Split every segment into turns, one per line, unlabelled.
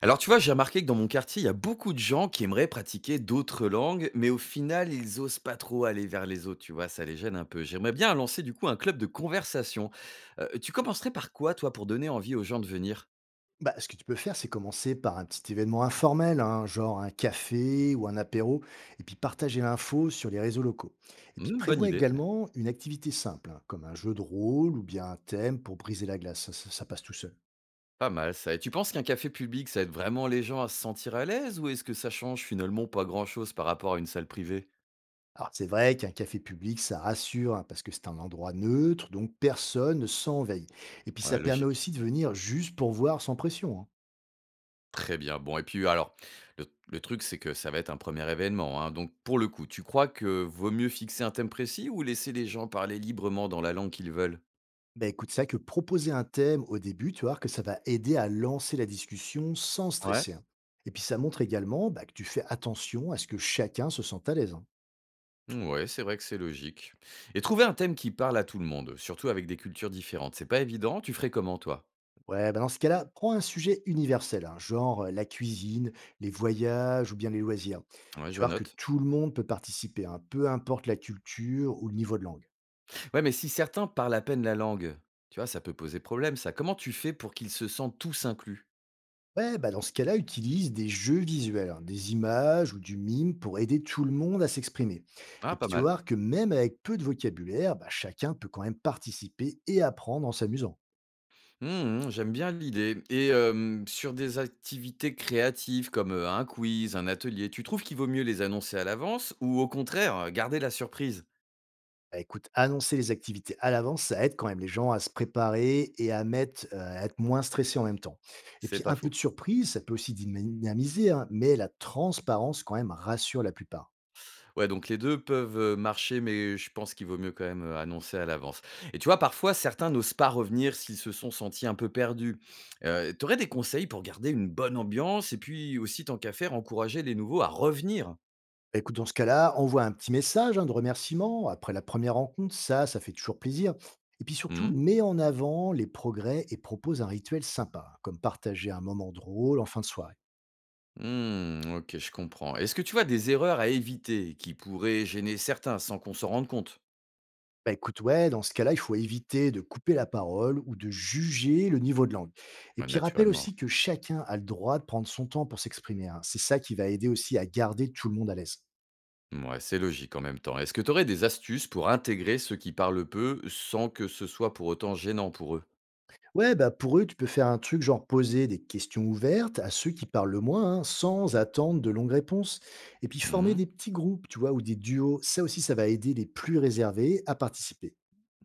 Alors tu vois, j'ai remarqué que dans mon quartier, il y a beaucoup de gens qui aimeraient pratiquer d'autres langues, mais au final, ils osent pas trop aller vers les autres, tu vois, ça les gêne un peu. J'aimerais bien lancer du coup un club de conversation. Tu commencerais par quoi, toi, pour donner envie aux gens de venir?
Bah, ce que tu peux faire, c'est commencer par un petit événement informel, hein, genre un café ou un apéro, et puis partager l'info sur les réseaux locaux. Et puis
Bonne
prévois
idée, ouais,
également une activité simple, hein, comme un jeu de rôle ou bien un thème pour briser la glace. Ça passe tout seul.
pas mal ça. Et tu penses qu'un café public, ça aide vraiment les gens à se sentir à l'aise, ou est-ce que ça change finalement pas grand-chose par rapport à une salle privée?
Alors c'est vrai qu'un café public, ça rassure, hein, parce que c'est un endroit neutre, donc personne ne s'envahit. Et puis ça
Ouais,
permet
logique.
aussi de venir juste pour voir sans pression. Hein.
Très bien. Bon et puis alors, le truc c'est que ça va être un premier événement, hein, donc pour le coup, tu crois que vaut mieux fixer un thème précis ou laisser les gens parler librement dans la langue qu'ils veulent?
Bah écoute, c'est vrai que proposer un thème au début, tu vas voir que ça va aider à lancer la discussion sans
Ouais.
stresser. Hein. Et puis ça montre également bah, que tu fais attention à ce que chacun se sente à l'aise. Hein.
Ouais, c'est vrai que c'est logique et trouver un thème qui parle à tout le monde, surtout avec des cultures différentes, c'est pas évident. Tu ferais comment toi?
Ouais, bah dans ce cas-là, prends un sujet universel, hein, genre la cuisine, les voyages ou bien les loisirs.
Ouais,
Tu
je
vas voir que
note.
tout le monde peut participer, hein, peu importe la culture ou le niveau de langue.
Ouais, mais si certains parlent à peine la langue, tu vois, ça peut poser problème ça. Comment tu fais pour qu'ils se sentent tous inclus?
Ouais, bah dans ce cas-là, utilise des jeux visuels, hein, des images ou du mime pour aider tout le monde à s'exprimer. Et
Ah,
puis
pas
tu vas
mal.
voir que même avec peu de vocabulaire, bah, chacun peut quand même participer et apprendre en s'amusant.
Mmh, mmh, j'aime bien l'idée et sur des activités créatives comme un quiz, un atelier, tu trouves qu'il vaut mieux les annoncer à l'avance ou au contraire, garder la surprise?
Bah, écoute, annoncer les activités à l'avance, ça aide quand même les gens à se préparer et à, à être moins stressés en même temps. Et
C'est
puis
pas
un peu de
faux.
surprise, ça peut aussi dynamiser, hein, mais la transparence quand même rassure la plupart.
Ouais, donc les deux peuvent marcher, mais je pense qu'il vaut mieux quand même annoncer à l'avance, et tu vois, parfois, certains n'osent pas revenir s'ils se sont sentis un peu perdus. Tu aurais des conseils pour garder une bonne ambiance et puis aussi, tant qu'à faire, encourager les nouveaux à revenir?
Bah, écoute, dans ce cas-là, envoie un petit message hein, de remerciement après la première rencontre. Ça fait toujours plaisir. Et puis surtout,
Mmh.
mets en avant les progrès et propose un rituel sympa, hein, comme partager un moment drôle en fin de soirée.
Mmh, OK, je comprends. Est-ce que tu vois des erreurs à éviter qui pourraient gêner certains sans qu'on s'en rende compte?
Bah écoute, ouais, dans ce cas-là, il faut éviter de couper la parole ou de juger le niveau de langue. Et
Ouais,
puis rappelle
naturellement.
aussi que chacun a le droit de prendre son temps pour s'exprimer. Hein. C'est ça qui va aider aussi à garder tout le monde à l'aise.
Ouais, c'est logique en même temps. Est-ce que tu aurais des astuces pour intégrer ceux qui parlent peu sans que ce soit pour autant gênant pour eux?
Ouais, bah pour eux, tu peux faire un truc genre poser des questions ouvertes à ceux qui parlent le moins, hein, sans attendre de longues réponses. Et puis former
Mmh.
des petits groupes, tu vois, ou des duos, ça aussi, ça va aider les plus réservés à participer.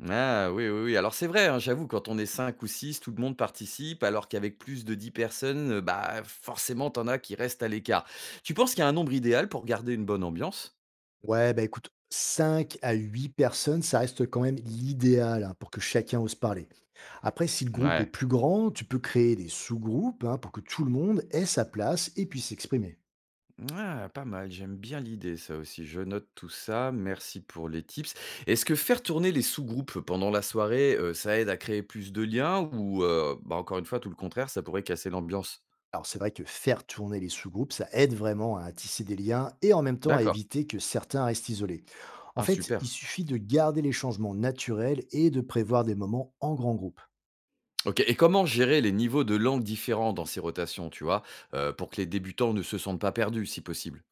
Ah oui, oui, oui. Alors c'est vrai, hein, j'avoue, quand on est 5 ou 6, tout le monde participe, alors qu'avec plus de 10 personnes, bah, forcément, t'en as qui restent à l'écart. Tu penses qu'il y a un nombre idéal pour garder une bonne ambiance?
Ouais, bah écoute, 5 à 8 personnes, ça reste quand même l'idéal hein, pour que chacun ose parler. Après, si le groupe est
Ouais.
plus grand, tu peux créer des sous-groupes hein, pour que tout le monde ait sa place et puisse s'exprimer.
Ah, pas mal, j'aime bien l'idée ça aussi. Je note tout ça, merci pour les tips. Est-ce que faire tourner les sous-groupes pendant la soirée, ça aide à créer plus de liens ou bah, encore une fois, tout le contraire, ça pourrait casser l'ambiance?
Alors c'est vrai que faire tourner les sous-groupes, ça aide vraiment à tisser des liens et en même temps à
D'accord,
éviter que certains restent isolés. En
ah
fait, il
super.
suffit de garder les changements naturels et de prévoir des moments en grand groupe.
OK, et comment gérer les niveaux de langue différents dans ces rotations, tu vois? Pour que les débutants ne se sentent pas perdus, si possible?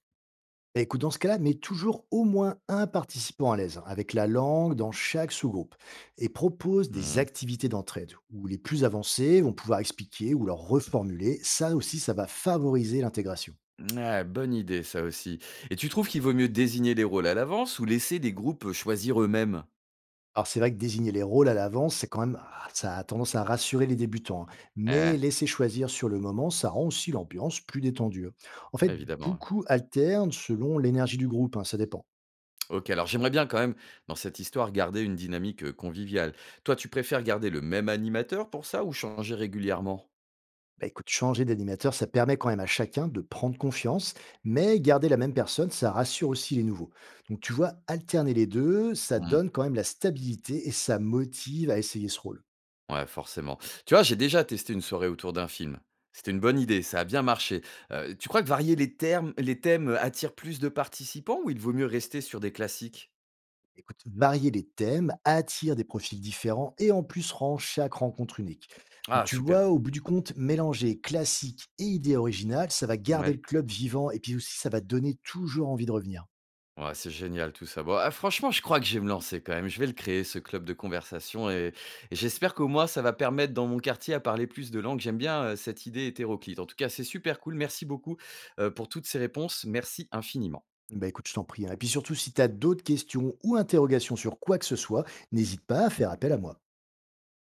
Bah, écoute, dans ce cas-là, mets toujours au moins un participant à l'aise, hein, avec la langue dans chaque sous-groupe, et propose des
Mmh.
activités d'entraide, où les plus avancés vont pouvoir expliquer ou leur reformuler. Ça aussi, ça va favoriser l'intégration.
Ouais, bonne idée ça aussi, et tu trouves qu'il vaut mieux désigner les rôles à l'avance ou laisser des groupes choisir eux-mêmes?
Alors c'est vrai que désigner les rôles à l'avance, c'est quand même ah, ça a tendance à rassurer les débutants, hein.
Eh,
mais laisser choisir sur le moment, ça rend aussi l'ambiance plus détendue. Hein. En fait,
évidemment.
beaucoup alternent selon l'énergie du groupe, hein, ça dépend.
OK, alors j'aimerais bien quand même, dans cette histoire, garder une dynamique conviviale. Toi, tu préfères garder le même animateur pour ça ou changer régulièrement?
Bah, écoute, changer d'animateur, ça permet quand même à chacun de prendre confiance, mais garder la même personne, ça rassure aussi les nouveaux. Donc tu vois, alterner les deux, ça
Mmh,
donne quand même la stabilité et ça motive à essayer ce rôle.
ouais, forcément. Tu vois, j'ai déjà testé une soirée autour d'un film. C'était une bonne idée, ça a bien marché. Tu crois que varier les termes les thèmes attire plus de participants ou il vaut mieux rester sur des classiques?
Écoute, varier les thèmes attire des profils différents et en plus rend chaque rencontre unique. Donc,
Ah
tu
super,
vois, au bout du compte, mélanger classique et idée originale, ça va garder
ouais.
le club vivant et puis aussi ça va donner toujours envie de revenir.
Ouais, c'est génial tout ça. Bon, ah, franchement, je crois que je vais me lancer quand même. Je vais le créer, ce club de conversation. Et j'espère qu'au moins, ça va permettre dans mon quartier à parler plus de langues. J'aime bien cette idée hétéroclite. En tout cas, c'est super cool. Merci beaucoup pour toutes ces réponses. Merci infiniment.
Bah écoute, je t'en prie. Hein. Et puis surtout, si tu as d'autres questions ou interrogations sur quoi que ce soit, n'hésite pas à faire appel à moi.